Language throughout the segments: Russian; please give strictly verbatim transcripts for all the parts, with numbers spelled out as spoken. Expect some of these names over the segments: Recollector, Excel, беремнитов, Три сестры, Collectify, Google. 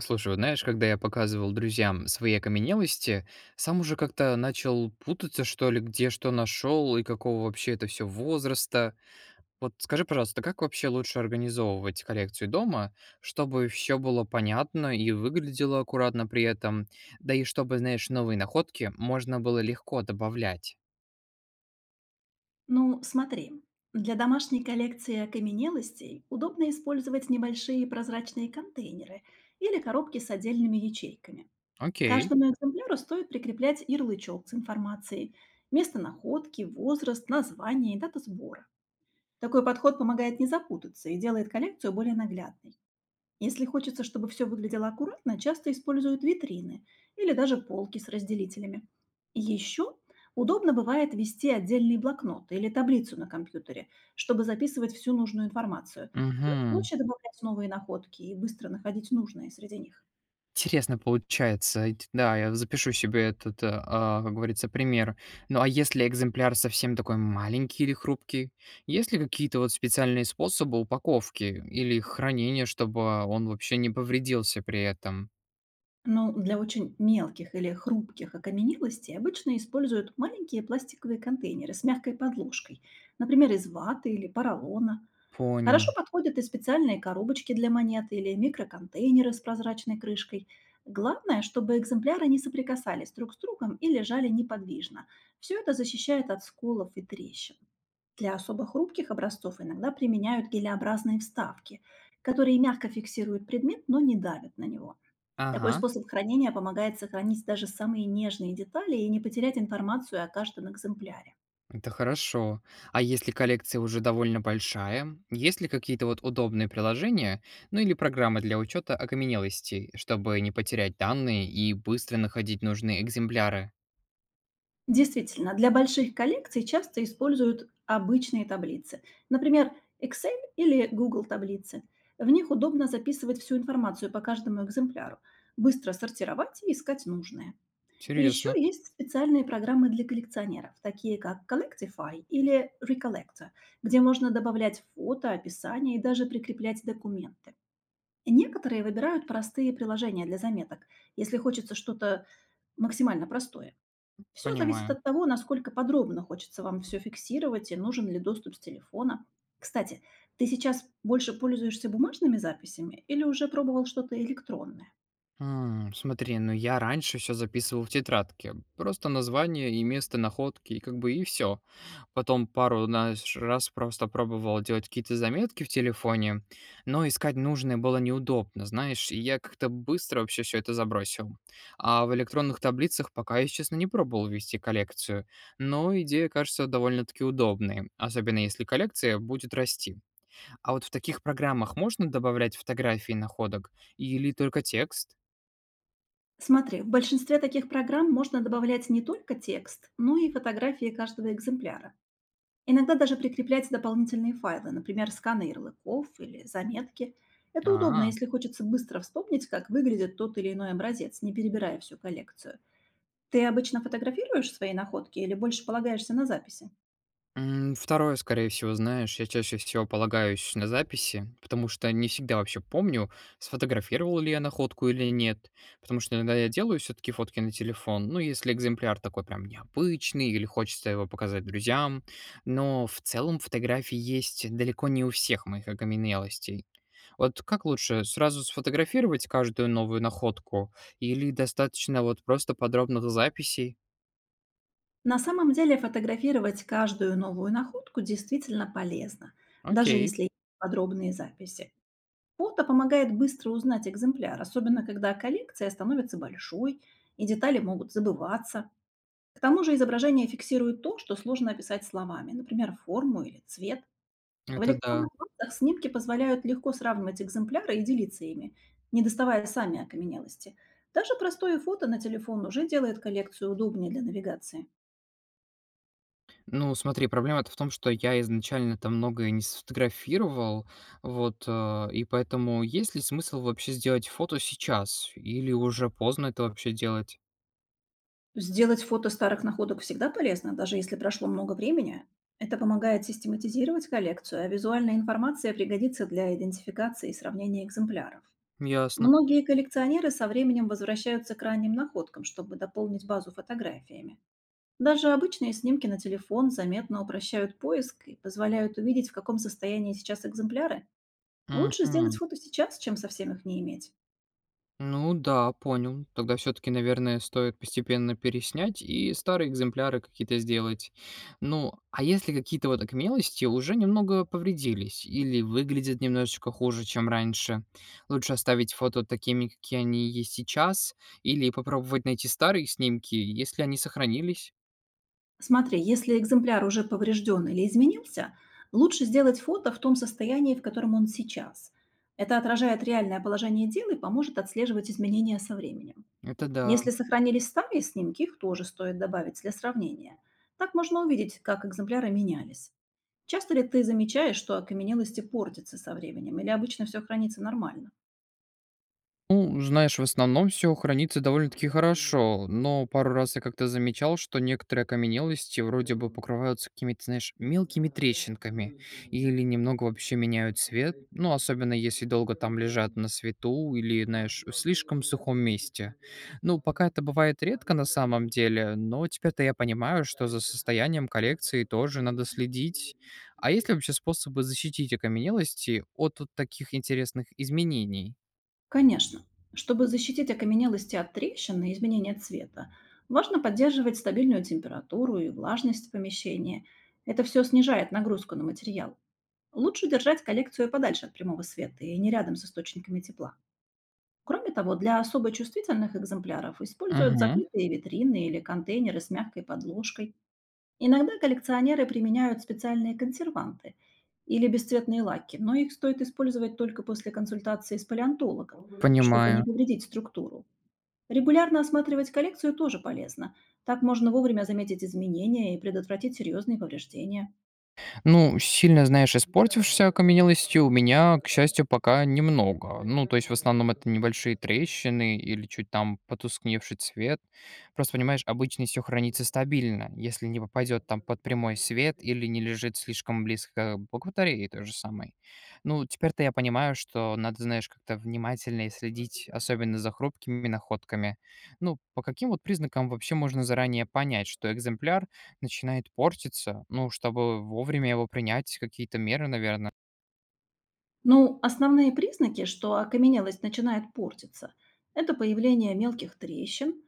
Слушай, вот знаешь, когда я показывал друзьям свои окаменелости, сам уже как-то начал путаться, что ли, где что нашел и какого вообще это все возраста. Вот скажи, пожалуйста, как вообще лучше организовывать коллекцию дома, чтобы все было понятно и выглядело аккуратно при этом, да и чтобы, знаешь, новые находки можно было легко добавлять? Ну, смотри, для домашней коллекции окаменелостей удобно использовать небольшие прозрачные контейнеры или коробки с отдельными ячейками. Окей. Каждому экземпляру стоит прикреплять ярлычок с информацией, место находки, возраст, название и дата сбора. Такой подход помогает не запутаться и делает коллекцию более наглядной. Если хочется, чтобы все выглядело аккуратно, часто используют витрины или даже полки с разделителями. Еще удобно бывает вести отдельный блокнот или таблицу на компьютере, чтобы записывать всю нужную информацию. Так Угу. проще добавлять новые находки и быстро находить нужные среди них. Интересно получается. Ит да, я запишу себе этот, э, а, как говорится, пример. Ну, а если экземпляр совсем такой маленький или хрупкий? Есть ли какие-то вот специальные способы упаковки или хранения, чтобы он вообще не повредился при этом? Но для очень мелких или хрупких окаменелостей обычно используют маленькие пластиковые контейнеры с мягкой подложкой, например, из ваты или поролона. Хорошо Понял. подходят и специальные коробочки для монет или микроконтейнеры с прозрачной крышкой. Главное, чтобы экземпляры не соприкасались друг с другом и лежали неподвижно. Все это защищает от сколов и трещин. Для особо хрупких образцов иногда применяют гелеобразные вставки, которые мягко фиксируют предмет, но не давят на него. Такой Ага, способ хранения помогает сохранить даже самые нежные детали и не потерять информацию о каждом экземпляре. это хорошо. А если коллекция уже довольно большая, есть ли какие-то вот удобные приложения, ну или программы для учета окаменелостей, чтобы не потерять данные и быстро находить нужные экземпляры? Действительно, для больших коллекций часто используют обычные таблицы. Например, Excel или Google таблицы. В них удобно записывать всю информацию по каждому экземпляру, быстро сортировать и искать нужное. И еще Серьезно. есть специальные программы для коллекционеров, такие как Collectify или Recollector, где можно добавлять фото, описание и даже прикреплять документы. Некоторые выбирают простые приложения для заметок, если хочется что-то максимально простое. Все зависит Понимаю. от того, насколько подробно хочется вам все фиксировать и нужен ли доступ с телефона. Кстати, ты сейчас больше пользуешься бумажными записями или уже пробовал что-то электронное? М, смотри, ну я раньше все записывал в тетрадке. Просто название и место находки, и как бы и все. Потом пару наш раз просто пробовал делать какие-то заметки в телефоне, но искать нужное было неудобно, знаешь, и я как-то быстро вообще все это забросил. А в электронных таблицах пока я, честно, не пробовал вести коллекцию, но идея кажется довольно-таки удобной, особенно если коллекция будет расти. А вот в таких программах можно добавлять фотографии находок или только текст? Смотри, в большинстве таких программ можно добавлять не только текст, но и фотографии каждого экземпляра. Иногда даже прикреплять дополнительные файлы, например, сканы ярлыков или заметки. Это удобно, А, если хочется быстро вспомнить, как выглядит тот или иной образец, не перебирая всю коллекцию. Ты обычно фотографируешь свои находки или больше полагаешься на записи? м, второе, скорее всего, знаешь, я чаще всего полагаюсь на записи, потому что не всегда вообще помню, сфотографировал ли я находку или нет, потому что иногда я делаю все-таки фотки на телефон, ну, если экземпляр такой прям необычный или хочется его показать друзьям, но в целом фотографии есть далеко не у всех моих окаменелостей. Вот как лучше, сразу сфотографировать каждую новую находку или достаточно вот просто подробных записей? На самом деле фотографировать каждую новую находку действительно полезно, даже Окей, если есть подробные записи. Фото помогает быстро узнать экземпляр, особенно когда коллекция становится большой и детали могут забываться. К тому же изображение фиксирует то, что сложно описать словами, например, форму или цвет. В это да. электронных базах снимки позволяют легко сравнивать экземпляры и делиться ими, не доставая сами окаменелости. Даже простое фото на телефон уже делает коллекцию удобнее для навигации. Ну, смотри, проблема-то в том, что я изначально-то многое не сфотографировал, вот, э, и поэтому есть ли смысл вообще сделать фото сейчас или уже поздно это вообще делать? Сделать фото старых находок всегда полезно, даже если прошло много времени. Это помогает систематизировать коллекцию, а визуальная информация пригодится для идентификации и сравнения экземпляров. Ясно. Многие коллекционеры со временем возвращаются к ранним находкам, чтобы дополнить базу фотографиями. Даже обычные снимки на телефон заметно упрощают поиск и позволяют увидеть, в каком состоянии сейчас экземпляры. Лучше сделать Мгм. фото сейчас, чем совсем их не иметь. Ну да, понял. Тогда все-таки, наверное, стоит постепенно переснять и старые экземпляры какие-то сделать. Ну, а если какие-то вот окмелости уже немного повредились или выглядят немножечко хуже, чем раньше, лучше оставить фото такими, какие они есть сейчас, или попробовать найти старые снимки, если они сохранились. Смотри, если экземпляр уже поврежден или изменился, лучше сделать фото в том состоянии, в котором он сейчас. Это отражает реальное положение дел и поможет отслеживать изменения со временем. Это да. Если сохранились старые снимки, их тоже стоит добавить для сравнения. Так можно увидеть, как экземпляры менялись. Часто ли ты замечаешь, что окаменелости портятся со временем, или обычно все хранится нормально? Ну, знаешь, в основном все хранится довольно-таки хорошо, но пару раз я как-то замечал, что некоторые окаменелости вроде бы покрываются какими-то, знаешь, мелкими трещинками или немного вообще меняют цвет, ну, особенно если долго там лежат на свету или, знаешь, в слишком сухом месте. Ну, пока это бывает редко на самом деле, но теперь-то я понимаю, что за состоянием коллекции тоже надо следить. А есть ли вообще способы защитить окаменелости от вот таких интересных изменений? Конечно. Чтобы защитить окаменелости от трещин и изменения цвета, важно поддерживать стабильную температуру и влажность в помещении. Это все снижает нагрузку на материал. Лучше держать коллекцию подальше от прямого света и не рядом с источниками тепла. Кроме того, для особо чувствительных экземпляров используют Мгм. закрытые витрины или контейнеры с мягкой подложкой. Иногда коллекционеры применяют специальные консерванты или бесцветные лаки, но их стоит использовать только после консультации с палеонтологом, чтобы не Понимаю. повредить структуру. Регулярно осматривать коллекцию тоже полезно. Так можно вовремя заметить изменения и предотвратить серьезные повреждения. Ну, сильно, знаешь, испортившейся окаменелости у меня, к счастью, пока немного. Ну, то есть в основном это небольшие трещины или чуть там потускневший цвет. Просто, понимаешь, обычно все хранится стабильно, если не попадет там под прямой свет или не лежит слишком близко к батарее той же самой. Ну, теперь-то я понимаю, что надо, знаешь, как-то внимательнее следить, особенно за хрупкими находками. Ну, по каким вот признакам вообще можно заранее понять, что экземпляр начинает портиться, ну, чтобы вовремя его принять, какие-то меры, наверное. Ну, основные признаки, что окаменелость начинает портиться, это появление мелких трещин,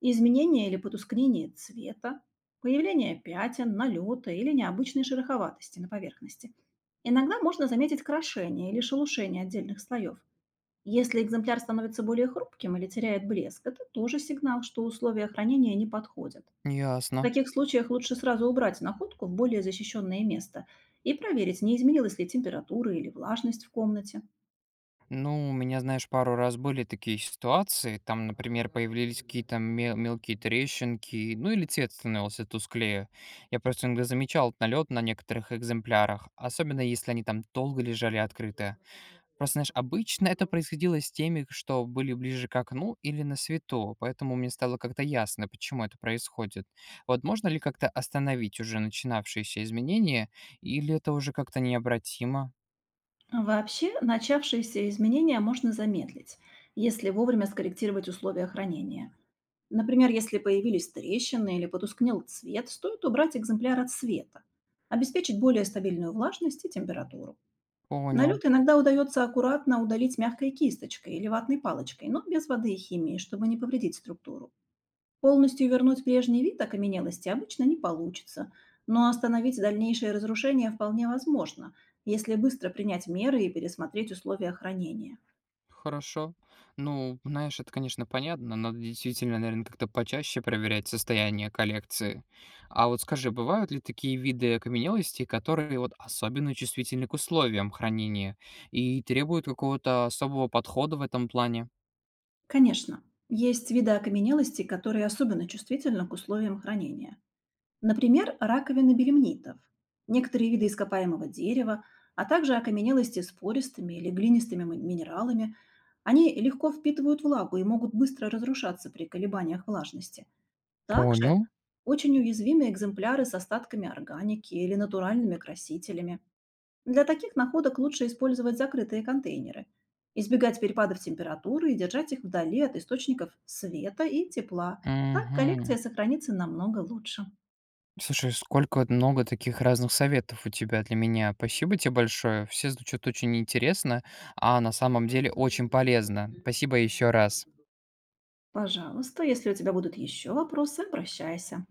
изменение или потускнение цвета, появление пятен, налета или необычной шероховатости на поверхности. Иногда можно заметить крошение или шелушение отдельных слоев. Если экземпляр становится более хрупким или теряет блеск, это тоже сигнал, что условия хранения не подходят. В Ясно. таких случаях лучше сразу убрать находку в более защищенное место и проверить, не изменилась ли температура или влажность в комнате. Ну, у меня, знаешь, пару раз были такие ситуации. Там, например, появились какие-то мел- мелкие трещинки, ну или цвет становился тусклее. Я просто иногда замечал налет на некоторых экземплярах, особенно если они там долго лежали открыты. Просто, знаешь, обычно это происходило с теми, что были ближе к окну или на свету, поэтому мне стало как-то ясно, почему это происходит. Вот можно ли как-то остановить уже начинавшиеся изменения, или это уже как-то необратимо? Вообще, начавшиеся изменения можно замедлить, если вовремя скорректировать условия хранения. Например, если появились трещины или потускнел цвет, стоит убрать экземпляр от света, обеспечить более стабильную влажность и температуру. Понял. Налет иногда удается аккуратно удалить мягкой кисточкой или ватной палочкой, но без воды и химии, чтобы не повредить структуру. Полностью вернуть прежний вид окаменелости обычно не получится, но остановить дальнейшее разрушение вполне возможно, если быстро принять меры и пересмотреть условия хранения. Хорошо. Ну, знаешь, это, конечно, понятно. Надо действительно, наверное, как-то почаще проверять состояние коллекции. А вот скажи, бывают ли такие виды окаменелости, которые вот особенно чувствительны к условиям хранения и требуют какого-то особого подхода в этом плане? Конечно, есть виды окаменелости, которые особенно чувствительны к условиям хранения. Например, раковины беремнитов, некоторые виды ископаемого дерева, а также окаменелости с пористыми или глинистыми ми- минералами. Они легко впитывают влагу и могут быстро разрушаться при колебаниях влажности. Также Понял. очень уязвимы экземпляры с остатками органики или натуральными красителями. Для таких находок лучше использовать закрытые контейнеры, избегать перепадов температуры и держать их вдали от источников света и тепла. Так Угу. коллекция сохранится намного лучше. Слушай, сколько вот много таких разных советов у тебя для меня. Спасибо тебе большое. Все звучат очень интересно, а на самом деле очень полезно. Спасибо еще раз. Пожалуйста, если у тебя будут еще вопросы, обращайся.